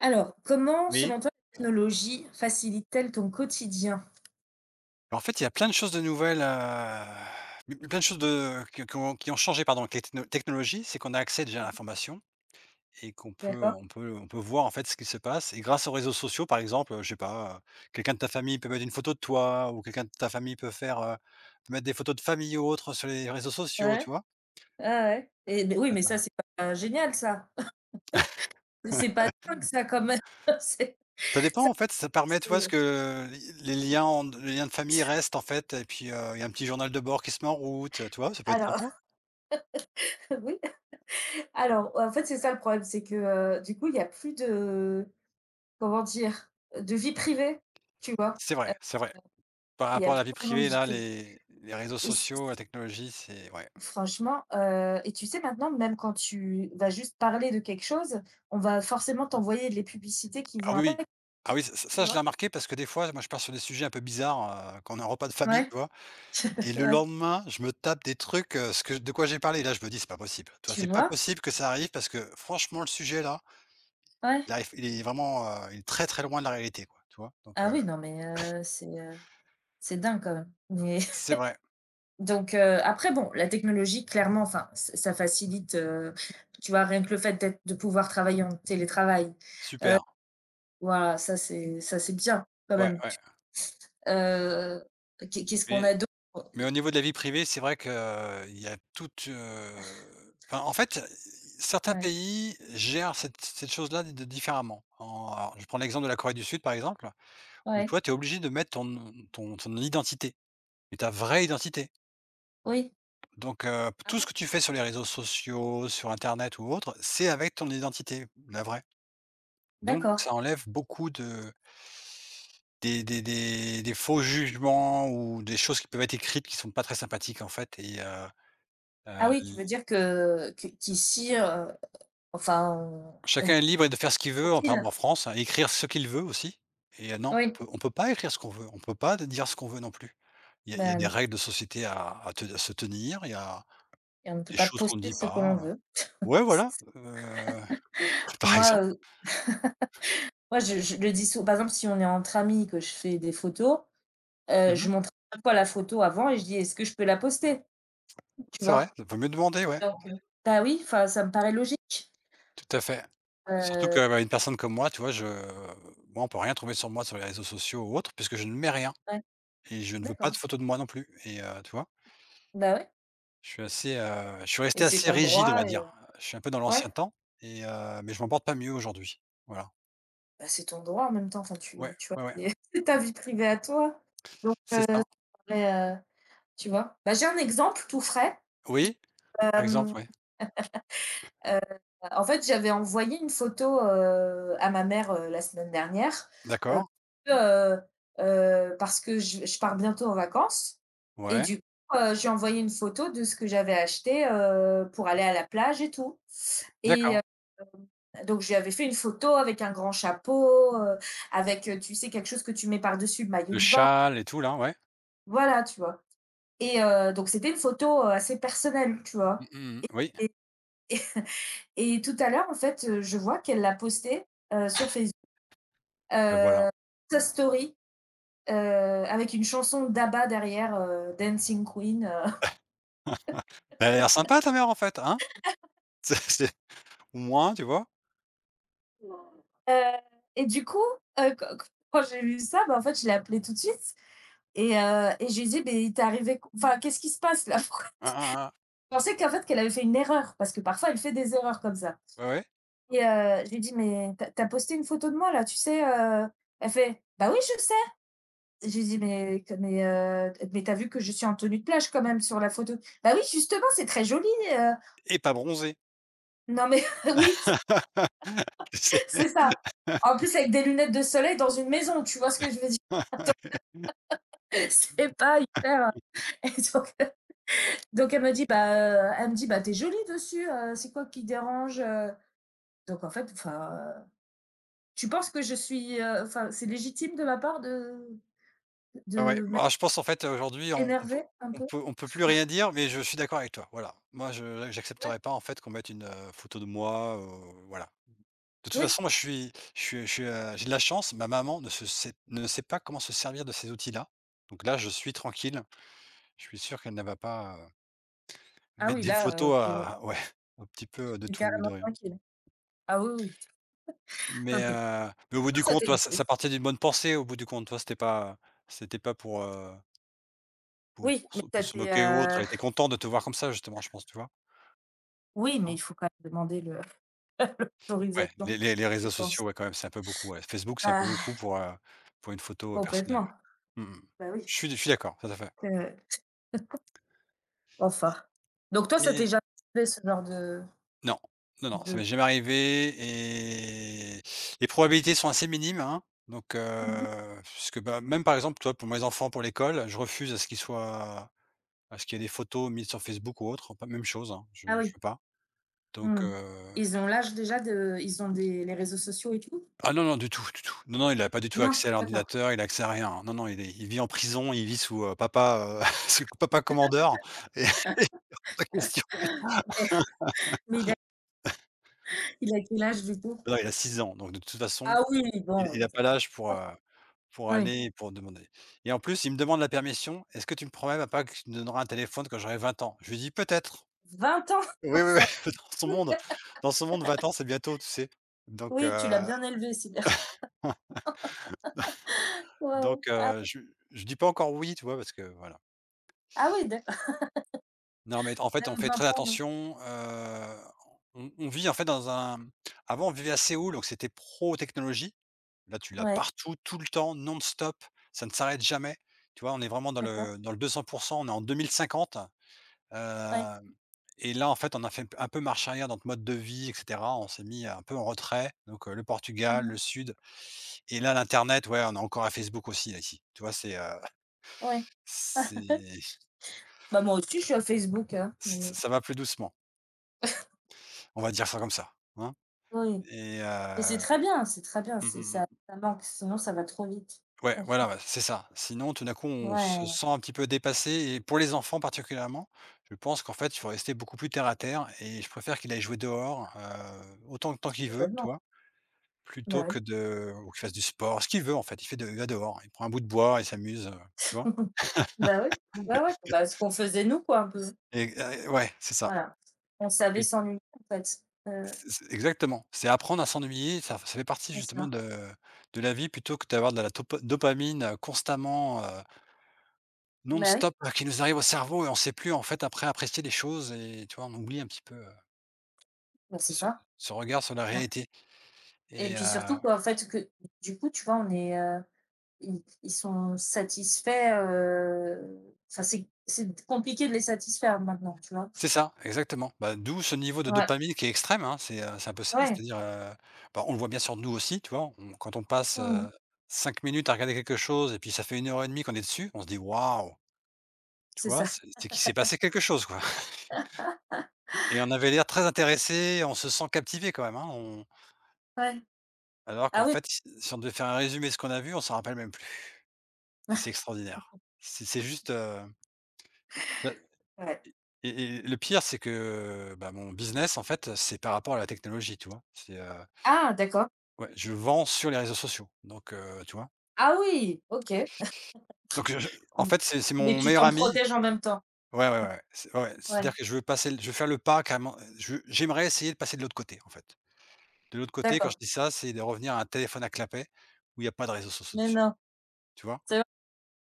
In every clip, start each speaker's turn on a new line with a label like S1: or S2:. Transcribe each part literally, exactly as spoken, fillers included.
S1: Alors, comment,
S2: Oui.
S1: selon toi, la technologie facilite-t-elle ton quotidien?
S2: En fait, il y a plein de choses de nouvelles, heu, plein de choses de que qu'on qui ont changé, pardon, avec les techno technologies. C'est qu'on a accès déjà à l'information et qu'on peut
S1: D'accord.
S2: on peut on peut voir, en fait, ce qui se passe, et grâce aux réseaux sociaux, par exemple, heu, je sais pas, heu, quelqu'un de ta famille peut mettre une photo de toi, ou quelqu'un de ta famille peut faire, heu, mettre des photos de famille ou autre sur les réseaux sociaux,
S1: Ouais,
S2: tu vois?
S1: ouais, ouais et beh, oui,
S2: En fait,
S1: mais
S2: heu,
S1: ça, c'est pas génial ça. C'est pas dingue ça quand même. C'est
S2: ça dépend,
S1: ça,
S2: en fait, ça permet, tu vois, ce
S1: c'est
S2: que les liens en les liens de famille restent, en fait, et puis, heu, il y a un petit journal de bord qui se met en route, tu vois? Ça peut être
S1: alors
S2: sympa.
S1: oui, alors, en fait, c'est ça le problème, c'est que, heu, du coup, il y a plus de comment dire? De vie privée, tu vois?
S2: C'est
S1: Heu,
S2: vrai, c'est vrai. Par
S1: il y
S2: rapport
S1: a
S2: à la
S1: plus
S2: vie
S1: vraiment de
S2: privée,
S1: vie
S2: là,
S1: privée
S2: les les réseaux
S1: et c
S2: sociaux, la
S1: c
S2: technologie, c'est ouais.
S1: franchement, heu et tu sais, maintenant, même quand tu vas juste parler de quelque chose, on va forcément t'envoyer les publicités qui
S2: Ah
S1: vont
S2: oui, oui.
S1: avec,
S2: Ah oui, ç
S1: tu
S2: ça je l'ai
S1: vois?
S2: remarqué parce que des fois, moi, je pars sur des sujets un peu bizarres, heu, quand on est en repas de famille,
S1: Ouais,
S2: tu vois? Et le
S1: ouais,
S2: lendemain, je me tape des trucs, heu, ce que de quoi j'ai parlé. Là, je me dis: «C'est pas possible». Tu vois?
S1: tu
S2: C'est pas
S1: vois?
S2: possible que ça arrive, parce que franchement, le sujet là,
S1: Ouais.
S2: il arrive il est vraiment, heu, il est très, très loin de la réalité, quoi, tu vois? Donc,
S1: Ah
S2: heu,
S1: oui, non, mais heu, c'est, heu, c'est dingue quand même. Mais
S2: c'est vrai,
S1: donc heu, après bon, la technologie clairement, enfin, ç ça facilite, heu, tu vois? Rien que le fait d'être de pouvoir travailler en télétravail.
S2: super.
S1: Voilà, ça c'est ça c'est bien quand
S2: Ouais,
S1: même.
S2: ouais.
S1: Tu heu, qu'est qu'est-ce qu'on
S2: Mais
S1: a d'autre?
S2: Mais au niveau de la vie privée, c'est vrai que, heu, il y a toute, heu, enfin, en fait, certains
S1: Ouais,
S2: pays gèrent cette cette chose-là de différemment. En alors, je prends l'exemple de la Corée du Sud, par exemple, où
S1: ouais,
S2: toi, tu es obligé de mettre ton ton ton identité, mais ta vraie identité.
S1: oui.
S2: Donc, heu,
S1: Ah
S2: tout ce
S1: bon?
S2: que tu fais sur les réseaux sociaux, sur internet ou autre, c'est avec ton identité, la vraie. Donc
S1: D'accord.
S2: ça enlève beaucoup de des des des des faux jugements, ou des choses qui peuvent être écrites, qui sont pas très sympathiques, en fait. Et heu
S1: Ah
S2: Heu,
S1: oui, tu veux dire que que qu'ici, heu, enfin on
S2: chacun
S1: on
S2: est libre de faire ce qu'il veut, en par exemple
S1: profile?
S2: en France, hein, écrire ce qu'il veut aussi. Et heu, non, on
S1: Oui.
S2: peut on peut pas écrire ce qu'on veut, on peut pas dire ce qu'on veut non plus. Il y a il y a
S1: Ben
S2: des
S1: non
S2: règles de société à à te à se tenir, il y a
S1: et on ne peut
S2: des
S1: pas
S2: choses qu'on ne
S1: poster
S2: dit
S1: ce que
S2: pas,
S1: l'on veut.
S2: ouais, voilà, heu, par
S1: Moi,
S2: exemple.
S1: heu, moi je je le dis sou par exemple, si on est entre amis, que je fais des photos, heu,
S2: Mmh.
S1: je montre à chaque fois la photo avant et je dis: «Est-ce que je peux la poster?» Tu
S2: C'est vrai,
S1: vois?
S2: il vaut mieux demander, ouais,
S1: Donc heu Bah oui, enfin, ça me paraît logique.
S2: tout à fait. Surtout
S1: Heu,
S2: qu'une personne comme moi, tu vois, je moi, on peut rien trouver sur moi sur les réseaux sociaux ou autres, puisque je ne mets rien
S1: ouais,
S2: et je ne veux pas
S1: d'accord.
S2: de photos de moi non plus, et heu, tu vois?
S1: Bah ouais
S2: Je suis assez, heu, je suis
S1: et
S2: resté
S1: c'est
S2: assez
S1: ton
S2: rigide, on va
S1: droit et
S2: dire.
S1: heu
S2: Je suis un peu dans
S1: ouais,
S2: l'ancien temps, et heu, mais je m'en porte pas mieux aujourd'hui. Voilà.
S1: bah, c'est ton droit en même temps, enfin tu
S2: Ouais,
S1: tu vois?
S2: ouais, ouais,
S1: C'est c'est ta vie privée à toi. Donc
S2: c'est
S1: heu, ça
S2: ça.
S1: me paraît, heu, tu vois? Bah, j'ai un exemple tout frais,
S2: Oui, par
S1: hem
S2: exemple, ouais.
S1: En fait, j'avais envoyé une photo, heu, à ma mère, heu, la semaine dernière, heu,
S2: D'accord.
S1: heu, heu, parce que je je pars bientôt en vacances et
S2: Ouais.
S1: du coup, heu, je envoyé une photo de ce que j'avais acheté, heu, pour aller à la plage et tout et
S2: D'accord.
S1: heu, donc je lui avais fait une photo avec un grand chapeau, heu, avec, heu, tu sais, quelque chose que tu mets par-dessus le maillot
S2: Le
S1: de bain,
S2: châle et tout là, ouais.
S1: voilà, tu vois? Et heu, donc c'était une photo, heu, assez personnelle, tu
S2: Mmh
S1: vois?
S2: mh, mmh. Oui,
S1: Et et tout à l'heure, en fait, heu, je vois qu'elle l'a postée, heu, sur Facebook.
S2: bah, voilà.
S1: Heu, Toy Story, heu, avec une chanson d'ABBA derrière, heu, Dancing Queen, heu,
S2: Bah, elle a l'air sympa, ta mère, en fait, hein? C'est c'est au moins, tu vois?
S1: heu et du coup, heu, quand quand j'ai vu ça, bah, en fait, je l'ai appelé tout de suite et heu et je lui ai dit: «Beh, il t'est arrivé q enfin, qu'est-ce qui se passe là? Pourquoi?»
S2: Hein, hein, hein.
S1: Je pensais qu'en fait, qu'elle avait fait une erreur parce que parfois elle fait des erreurs comme ça
S2: Ouais, ouais,
S1: et heu, je lui ai dit: «Mais t'as as posté une photo de moi là, tu sais, heu?» Elle fait: «Bah oui, je sais». Je lui dis: «Mais que mais, heu, mais t'as vu que je suis en tenue de plage quand même sur la photo?» «Bah oui, justement, c'est très joli, heu»
S2: et pas bronzée.
S1: Non mais oui, c
S2: Tu
S1: c'est ça. En plus avec des lunettes de soleil dans une maison, tu vois ce que je veux dire? C'est pas hyper et donc donc elle me dit: «Bah, heu», elle me dit: «Bah, t'es jolie dessus, heu, c'est quoi qui dérange, heu?» Donc en fait, enfin, euh, tu penses que je suis, heu, enfin, c'est légitime de ma part de
S2: Ah ouais,
S1: de m'être
S2: bah, je pense, en fait, aujourd'hui, on on peut
S1: énervée un
S2: on
S1: peu?
S2: peut on peut plus rien dire, mais je suis d'accord avec toi. Voilà. Moi, je j'accepterais pas, en fait, qu'on mette une, heu, photo de moi, heu, voilà. De toute
S1: Oui.
S2: façon, moi, je suis je suis je suis, heu, j'ai de la chance, ma maman ne se sait ne sait pas comment se servir de ces outils-là. Donc là, je suis tranquille, je suis sûr qu'elle ne va pas, heu,
S1: Ah
S2: mettre
S1: oui,
S2: des
S1: là,
S2: photos
S1: heu, tu es
S2: à ouais, un petit peu de tout et de
S1: carrément
S2: rien.
S1: tranquille. Ah oui, oui,
S2: Mais,
S1: OK. Et
S2: heu, mais au bout
S1: toi,
S2: du
S1: ça
S2: compte,
S1: t'est
S2: toi, ça ça partait d'une bonne pensée. Au bout du compte, toi, c'était pas c'était pas pour, heu Pour
S1: oui,
S2: pour
S1: mais
S2: se pour
S1: ça
S2: se
S1: t'est,
S2: moquer ou autre.
S1: heu,
S2: Elle était contente de te voir comme ça justement, je pense, tu vois?
S1: oui, mais
S2: Hein?
S1: il faut quand même demander le
S2: Ouais,
S1: l'autorisation,
S2: les les les
S1: je
S2: réseaux sociaux,
S1: pense.
S2: ouais, quand même, c'est un peu beaucoup, ouais. Facebook, c'est un peu
S1: Bah,
S2: beaucoup pour, heu, pour une photo, heu, personnelle,
S1: complètement.
S2: ouais. Mmh mh.
S1: Bah, oui.
S2: Je suis je suis d'accord, tout à fait.
S1: Heu,
S2: Et
S1: enfin. Donc toi, ça t'est jamais arrivé ce genre de
S2: non, non, non, ça
S1: de
S2: m'est jamais arrivé, et les probabilités sont assez minimes, hein, donc,
S1: Mmh
S2: heu, puisque, bah, même par exemple, toi, pour mes enfants, pour l'école, je refuse à ce qu'ils soient à ce qu'il y ait des photos mises sur Facebook ou autre, pas même chose, hein, je
S1: ah
S2: je
S1: oui,
S2: veux pas, donc
S1: mmh.
S2: heu
S1: Ils ont l'âge déjà de ils ont des les réseaux sociaux et tout?
S2: Ah non, non, du tout, du tout. Non, non, il a pas du tout
S1: Non?
S2: accès à
S1: D'accord.
S2: l'ordinateur, il a accès à rien. Non, non, il est il vit en prison, il vit sous, heu, papa, heu, sous papa commandeur, et et hors de question.
S1: Mais mais il a il a quel âge du coup?
S2: Non, il a six ans, donc de toute façon,
S1: Ah oui,
S2: il il
S1: bon,
S2: a
S1: ça
S2: pas l'âge pour, heu, pour
S1: oui.
S2: aller, et pour demander. Et en plus, il me demande la permission: «Est-ce que tu me promets, papa, que tu me donneras un téléphone quand j'aurai vingt ans?» Je lui dis: «Peut-être».
S1: Vingt ans?
S2: Oui, oui, oui,
S1: Ça
S2: dans son monde, dans son monde vingt ans, c'est bientôt, tu sais? Donc,
S1: oui, tu l'as
S2: heu,
S1: bien élevé, c'est bien. Waouh.
S2: donc, heu, je je dis pas encore «oui», tu vois? Parce que voilà.
S1: Ah oui, d'accord,
S2: Non, mais en fait, on
S1: même
S2: fait très
S1: vingt ans, non?
S2: attention, heu, on on vit, en fait, dans un avant, on vivait à Séoul, donc c'était pro technologie. Là, tu l'as
S1: Ouais,
S2: partout, tout le temps, non-stop, ça ne s'arrête jamais. Tu vois? On est vraiment dans
S1: d'accord,
S2: le dans le deux cents pour cent. On est en deux mille cinquante,
S1: ouais.
S2: hem et là, en fait, on a fait un peu marche arrière dans notre mode de vie, et cetera. On s'est mis un peu en retrait, donc, heu, le
S1: Mmh
S2: Portugal,
S1: mh,
S2: le sud. Et là, l'internet, ouais, on est encore à Facebook aussi, là, ici. Tu vois? C'est, heu,
S1: ouais. Ah,
S2: c'est ç
S1: bah, moi aussi, je suis à Facebook, hein. Oui.
S2: ça va plus doucement. On va dire ça comme ça, hein?
S1: Oui.
S2: Et heu,
S1: Mais c'est très bien, c'est très bien,
S2: mmh
S1: c'est
S2: mh
S1: ça
S2: mh.
S1: ça manque, sinon ça va trop vite.
S2: Ouais, voilà,
S1: Franchement,
S2: ouais, c'est ça. Sinon, tout d'un coup, on se
S1: ouais,
S2: sent un petit peu dépassé, et pour les enfants particulièrement, je pense qu'en fait, il faut rester beaucoup plus terre à terre, et je préfère qu'il aille jouer dehors, heu, autant de temps qu'il veut, tu
S1: totalement.
S2: vois? Plutôt
S1: Bah oui.
S2: que de, ou qu'il fasse du sport, ce qu'il veut, en fait, il fait de il va dehors, il prend un bout de bois, il s'amuse, heu, tu vois?
S1: Bah oui, ouais, ouais, bah, ce qu'on faisait nous quoi un peu,
S2: Et heu, ouais, c'est ça.
S1: voilà. On savait
S2: Lui
S1: s'ennuyer en fait, heu,
S2: c'est c'est exactement, c'est apprendre à s'ennuyer, ça ça fait partie
S1: c'est
S2: justement
S1: ça.
S2: de de la vie, plutôt que d'avoir de la topa dopamine euh, constamment.
S1: Bah oui,
S2: Non-stop, heu, qui nous arrive au cerveau, et on ne sait plus, en fait, après, apprécier les choses, et tu vois, on oublie un petit peu, heu,
S1: bah c'est
S2: ce
S1: ça,
S2: ce regard sur la
S1: c'est ça
S2: réalité.
S1: et
S2: Et
S1: puis
S2: heu
S1: surtout quoi en fait que du coup, tu vois, on est, heu, ils ils sont satisfaits, heu, enfin c'est c'est compliqué de les satisfaire maintenant, tu vois?
S2: c'est ça, exactement. Bah, d'où ce niveau de
S1: Ouais,
S2: dopamine qui est extrême, hein, c'est, heu, c'est un peu ça,
S1: ouais,
S2: c'est-à-dire, heu, bah, on le voit bien sur nous aussi, tu vois? On Quand on passe,
S1: mmh
S2: heu, cinq minutes à regarder quelque chose, et puis ça fait une heure et demie qu'on est dessus, on se dit: «Waouh!» Tu
S1: c'est
S2: vois?
S1: ça,
S2: C'est c'est qu'il s'est passé quelque chose, quoi. Et on avait l'air très intéressé, on se sent captivé quand même, hein, on
S1: ouais.
S2: alors qu'en
S1: Ah oui,
S2: fait, si si on devait faire un résumé de ce qu'on a vu, on s'en rappelle même plus. Et c'est extraordinaire. C'est c'est juste, heu, bah.
S1: ouais.
S2: Et et le pire, c'est que, bah, mon business, en fait, c'est par rapport à la technologie, tu vois? C'est, heu,
S1: Ah d'accord.
S2: ouais, je vends sur les réseaux sociaux, donc, heu, tu vois?
S1: Ah oui! OK.
S2: Donc je je, en
S1: Mmh.
S2: fait, c'est c'est
S1: Mais
S2: mon
S1: tu
S2: meilleur
S1: t'en
S2: ami.
S1: protèges en même temps?
S2: Ouais, ouais, ouais, c'est ouais, c'est-à-dire
S1: Ouais,
S2: que je veux passer le je veux faire le pas carrément, je veux j'aimerais essayer de passer de l'autre côté, en fait. De l'autre côté, quand je
S1: d'accord.
S2: dis ça, c'est de revenir à un téléphone à clapet, où il y a pas de réseaux sociaux
S1: Mais
S2: dessus,
S1: non,
S2: tu vois?
S1: c'est v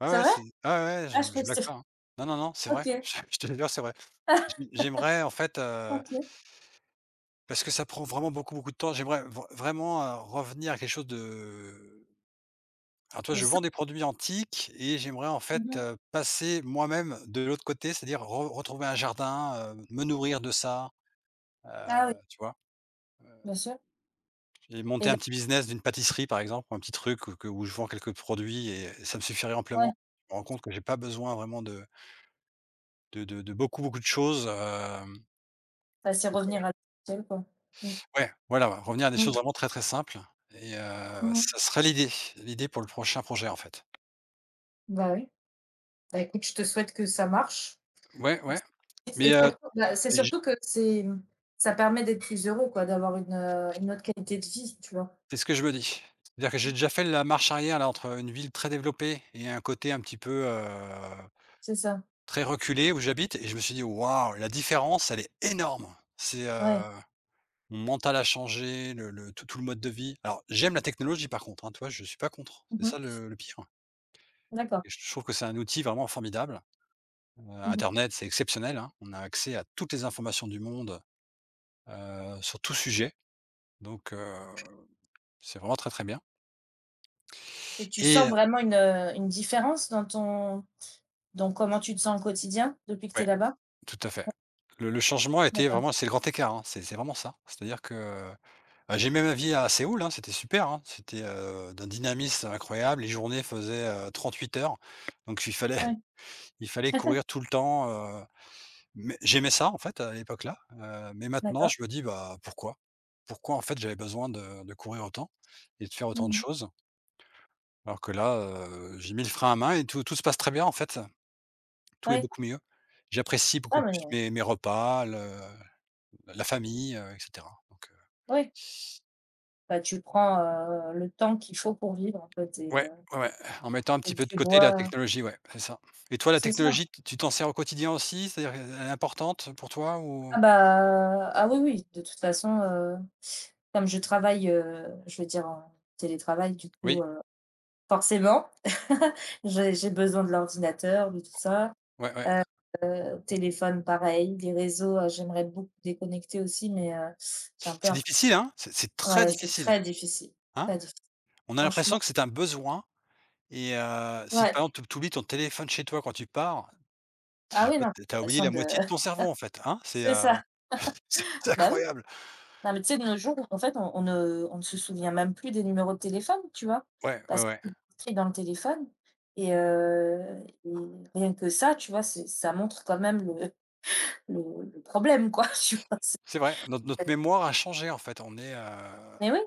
S2: Ouais,
S1: c'est
S2: ouais,
S1: vrai?
S2: c'est, ah ouais, ouais, je
S1: Ah je croyais
S2: je
S1: que
S2: blague
S1: c'était
S2: pas, hein. Non, non, non, c'est vrai.
S1: OK.
S2: Je je te jure, c'est vrai. J'ai j'aimerais, en fait.
S1: OK.
S2: Parce que ça prend vraiment beaucoup, beaucoup de temps. J'aimerais vr vraiment, heu, revenir à quelque chose de. Alors, tu
S1: Le
S2: je vends
S1: sang?
S2: des produits antiques, et j'aimerais, en
S1: Mmh
S2: fait,
S1: mh.
S2: heu, passer moi-même de l'autre côté, c'est-à-dire re retrouver un jardin, heu, me nourrir de ça,
S1: Ah oui,
S2: heu, tu vois?
S1: bien sûr
S2: Et monter
S1: et
S2: un
S1: là
S2: petit business d'une pâtisserie, par exemple, un petit truc où que où je vends quelques produits, et ça me suffirait amplement.
S1: ouais,
S2: Je me rends compte que j'ai pas besoin vraiment de de de de beaucoup, beaucoup de choses, hem,
S1: bah, c'est
S2: donc
S1: revenir
S2: heu,
S1: à l'essentiel quoi. Mmh.
S2: voilà. Ouais, voilà, ouais, revenir à des
S1: Mmh.
S2: choses vraiment très, très simples et heu,
S1: Mmh.
S2: ça serait l'idée l'idée pour le prochain projet en fait.
S1: Bah oui. Bah écoute, je te souhaite que ça marche
S2: Ouais, ouais,
S1: et
S2: mais
S1: c'est
S2: heu,
S1: surtout bah, c'est
S2: mais j
S1: surtout que c'est mmh, ça permet d'être plus heureux quoi, d'avoir une, heu, une autre qualité de vie, tu vois?
S2: c'est ce que je me dis. C'est-à-dire que j'ai
S1: Mmh.
S2: déjà fait la marche arrière là entre une ville très développée et un côté un petit peu, heu,
S1: C'est ça,
S2: très reculé où j'habite et je me suis dit: «Waouh, la différence, elle est énorme!» C'est,
S1: ouais.
S2: heu, mon mental a changé, le le tout tout le mode de vie. Alors j'aime la technologie par contre, hein, tu vois? Je suis pas contre, c'est
S1: Mmh
S2: ça
S1: mh.
S2: le le pire
S1: D'accord.
S2: et je trouve que c'est un outil vraiment formidable. Heu,
S1: Mmh mh.
S2: internet, c'est exceptionnel, hein. On a accès à toutes les informations du monde, heu, sur tout sujet donc heu, c'est vraiment très, très bien
S1: Et tu sens
S2: et
S1: vraiment une, heu, une différence dans ton dans comment tu te sens au quotidien depuis que tu es
S2: ouais.
S1: là-bas?
S2: Tout à fait. Le le changement a été
S1: D'accord,
S2: vraiment c'est le grand écart, hein, c'est c'est vraiment ça. C'est-à-dire que bah, j'ai aimé ma vie à Séoul, hein, c'était super, hein, c'était, heu, d'un dynamisme incroyable, les journées faisaient, euh, trente-huit heures, donc il fallait
S1: ouais,
S2: il fallait courir tout le temps, heu, mais j'aimais ça en fait à l'époque-là, heu, mais maintenant
S1: d'accord.
S2: je me dis: «Bah, pourquoi? Pourquoi en fait j'avais besoin de de courir autant et de faire autant
S1: Mmh
S2: de
S1: mh.
S2: choses?» Alors que là, heu, j'ai mis le frein à main et tout tout se passe très bien en fait, tout est
S1: Ouais,
S2: beaucoup mieux. J'apprécie
S1: ah
S2: beaucoup plus
S1: mais
S2: mes mes repas, le La la famille, heu, et cetera. Donc, heu,
S1: ouais, bah, tu prends, heu, le temps qu'il faut pour vivre en fait et
S2: ouais,
S1: heu,
S2: ouais, ouais, en mettant un petit
S1: et
S2: peu de
S1: tu
S2: côté la
S1: vois
S2: technologie, ouais, c'est ça. Et toi, la
S1: c'est ça.
S2: technologie, tu tu t'en sers au quotidien aussi? C'est-à-dire qu'elle est importante pour toi ou?
S1: Ah bah, ah oui, oui, de toute façon, heu, comme je travaille, heu, je veux dire en télétravail du
S2: Oui,
S1: coup, heu, forcément, j'ai j'ai besoin de l'ordinateur, de tout ça.
S2: ouais, ouais.
S1: Téléphone, pareil, les réseaux, heu, j'aimerais beaucoup déconnecter aussi, mais heu, j'ai un peu
S2: C'est
S1: l'impr
S2: difficile, hein? C'est c'est très
S1: ouais, c'est
S2: difficile,
S1: très difficile,
S2: hein?
S1: très difficile.
S2: On a l'impression
S1: Franchement,
S2: que c'est un besoin et heu, si
S1: ouais.
S2: par exemple, tu oublies ton téléphone chez toi quand tu pars, je
S1: Ah
S2: sais
S1: oui,
S2: pas,
S1: non,
S2: tu as oublié
S1: façon
S2: la
S1: de
S2: moitié de ton cerveau, en fait, hein? C'est,
S1: c'est
S2: heu,
S1: ça.
S2: c'est c'est
S1: Bah, oui.
S2: incroyable.
S1: Non, mais tu sais, de nos jours, en fait, on on ne on ne se souvient même plus des numéros de téléphone, tu vois?
S2: Ouais, ouais,
S1: Parce
S2: ouais.
S1: que tout est dans le téléphone et heu et rien que ça, tu vois, c'est ça montre quand même le le le problème, quoi, tu vois? C'est
S2: C'est vrai, notre notre mémoire a changé, en fait. On est, heu
S1: mais oui.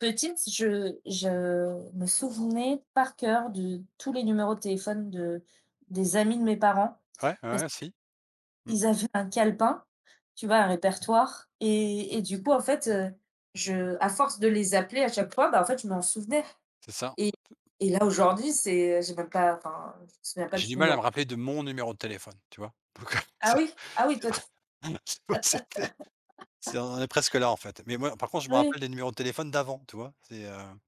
S1: Petite, je je me souvenais par cœur de tous les numéros de téléphone de des amis de mes parents,
S2: ouais, ouais,
S1: parce
S2: ouais, si. Mmh,
S1: qu'ils avaient un calepin, tu vois? Un répertoire et et du coup, en fait, heu, je à force de les appeler à chaque fois, bah, en fait, je m'en souvenais
S2: c'est ça.
S1: et et là, aujourd'hui, c'est j'ai même pas enfin, je me souviens pas
S2: J'ai
S1: du
S2: du mal à
S1: numéro.
S2: me rappeler de mon numéro de téléphone, tu vois? Donc,
S1: Ah
S2: c'est
S1: oui? Ah oui,
S2: c'est
S1: toi
S2: pas
S1: tu
S2: c'est pas c'était c'est on en est presque là, en fait. Mais moi, par contre, je me
S1: oui,
S2: rappelle des numéros de téléphone d'avant, tu vois? C'est, heu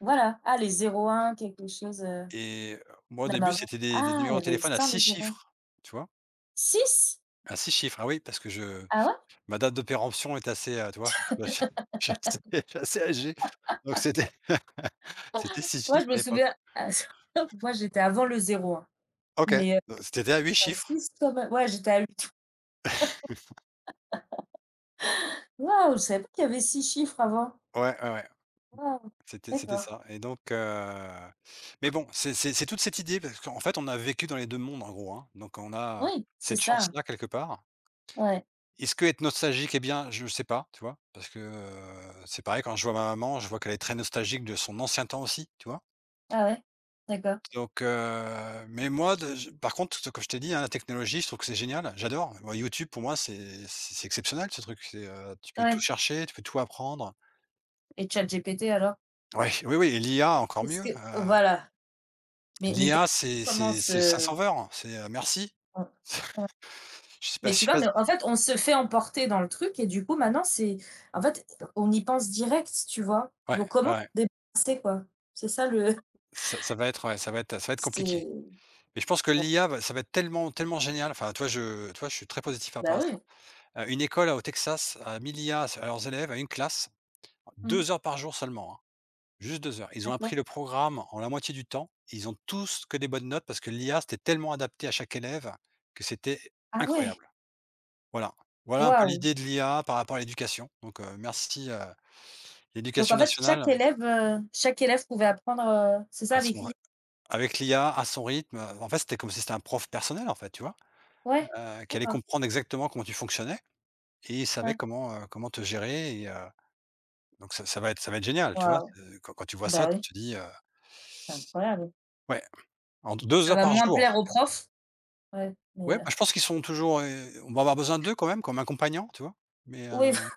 S1: voilà. Ah, les zéro un quelque chose, heu,
S2: et heu, moi, au
S1: même
S2: début,
S1: avant.
S2: c'était des des
S1: Ah, il y
S2: numéros de
S1: avait
S2: téléphone à
S1: sans les
S2: six
S1: zéro un.
S2: chiffres, tu vois?
S1: Six.
S2: À six chiffres, ah oui, parce que je
S1: Ah ouais?
S2: ma date de péremption est assez, heu, tu vois? Je je je suis assez je suis assez âgé, donc c'était c'était six
S1: Moi, je
S2: chiffres à
S1: me
S2: l'époque.
S1: souviens, à moi, j'étais avant le zéro hein,
S2: OK,
S1: mais heu,
S2: donc c'était à huit
S1: à
S2: chiffres.
S1: six quand même. Ouais, j'étais à huit. Waouh, je savais pas qu'il y avait six chiffres avant.
S2: Ouais, ouais, ouais.
S1: Waouh,
S2: C'était c'était
S1: d'accord.
S2: ça et donc heu, mais bon, c'est c'est c'est toute cette idée parce qu'en fait, on a vécu dans les deux mondes, en gros, hein, donc on a
S1: Oui, c'est
S2: cette
S1: ça.
S2: chance-là, quelque part.
S1: Ouais.
S2: Est-ce que être nostalgique est bien? Je ne sais pas, tu vois? Parce que, heu, c'est pareil quand je vois ma maman, je vois qu'elle est très nostalgique de son ancien temps aussi, tu vois?
S1: Ah ouais, d'accord.
S2: Donc heu, mais moi de je par contre, ce que je t'ai dit, hein, la technologie, je trouve que c'est génial, j'adore. Moi, YouTube, pour moi, c'est c'est c'est exceptionnel ce truc, c'est, heu, tu peux tout
S1: Ouais
S2: chercher, tu peux tout apprendre.
S1: et ChatGPT alors?
S2: Ouais, oui, oui et l'I A encore
S1: Est-ce
S2: mieux.
S1: que voilà, mais mais tu
S2: L'I A,
S1: vu
S2: c'est
S1: comment
S2: c'est c'est ça
S1: ce
S2: sauveur, c'est, heu, merci.
S1: on on
S2: Je sais pas
S1: mais
S2: je
S1: tu
S2: sais
S1: vois,
S2: pas si
S1: mais en fait, on se fait emporter dans le truc et du coup, maintenant, c'est en fait, on y pense direct, tu vois?
S2: ouais,
S1: Donc
S2: ouais,
S1: comment
S2: ouais,
S1: se débarrasser, quoi? C'est ça le
S2: ça ça va être ouais, ça va être ça va être compliqué.
S1: c'est
S2: Mais je pense que
S1: ouais,
S2: l'I A va ça va être tellement tellement génial, enfin, tu vois, je tu vois, je suis très positif par rapport
S1: bah
S2: à ça.
S1: oui.
S2: Heu, une école, au Texas, a mis l'I A à à leurs élèves, à une classe,
S1: Mmh,
S2: deux heures par jour seulement, hein, juste deux heures. Ils ont appris
S1: d'accord.
S2: le programme en la moitié du temps, ils ont tous que des bonnes notes parce que l'I A, c'était tellement adapté à chaque élève que c'était
S1: Ah ouais!
S2: incroyable. Voilà. Voilà un peu
S1: Waouh!
S2: l'idée de l'I A par rapport à l'éducation, donc heu, merci, heu
S1: Donc
S2: L'éducation
S1: en fait, chaque
S2: nationale.
S1: élève, heu, chaque élève pouvait apprendre, heu, c'est ça
S2: À
S1: avec
S2: son ré
S1: l'i a?
S2: Avec l'I A, à son rythme, heu, en fait, c'était comme si c'était un prof personnel, en fait, tu vois?
S1: Ouais?
S2: Heu, qui allait
S1: D'accord,
S2: comprendre exactement comment tu fonctionnais et il savait
S1: ouais.
S2: comment, heu, comment te gérer et heu, donc ça ça va être ça va être génial, tu vois?
S1: Waouh!
S2: Heu, quand quand tu vois ça,
S1: Bah
S2: tu
S1: oui,
S2: te dis, heu,
S1: c'est incroyable.
S2: ouais, en deux
S1: Ça
S2: heures
S1: va
S2: par
S1: moins plaire
S2: jour.
S1: aux profs. Ouais, mais
S2: Ouais, bah, je pense qu'ils sont toujours, heu, on va avoir besoin d'eux quand même comme un compagnon tu vois? Mais heu
S1: heu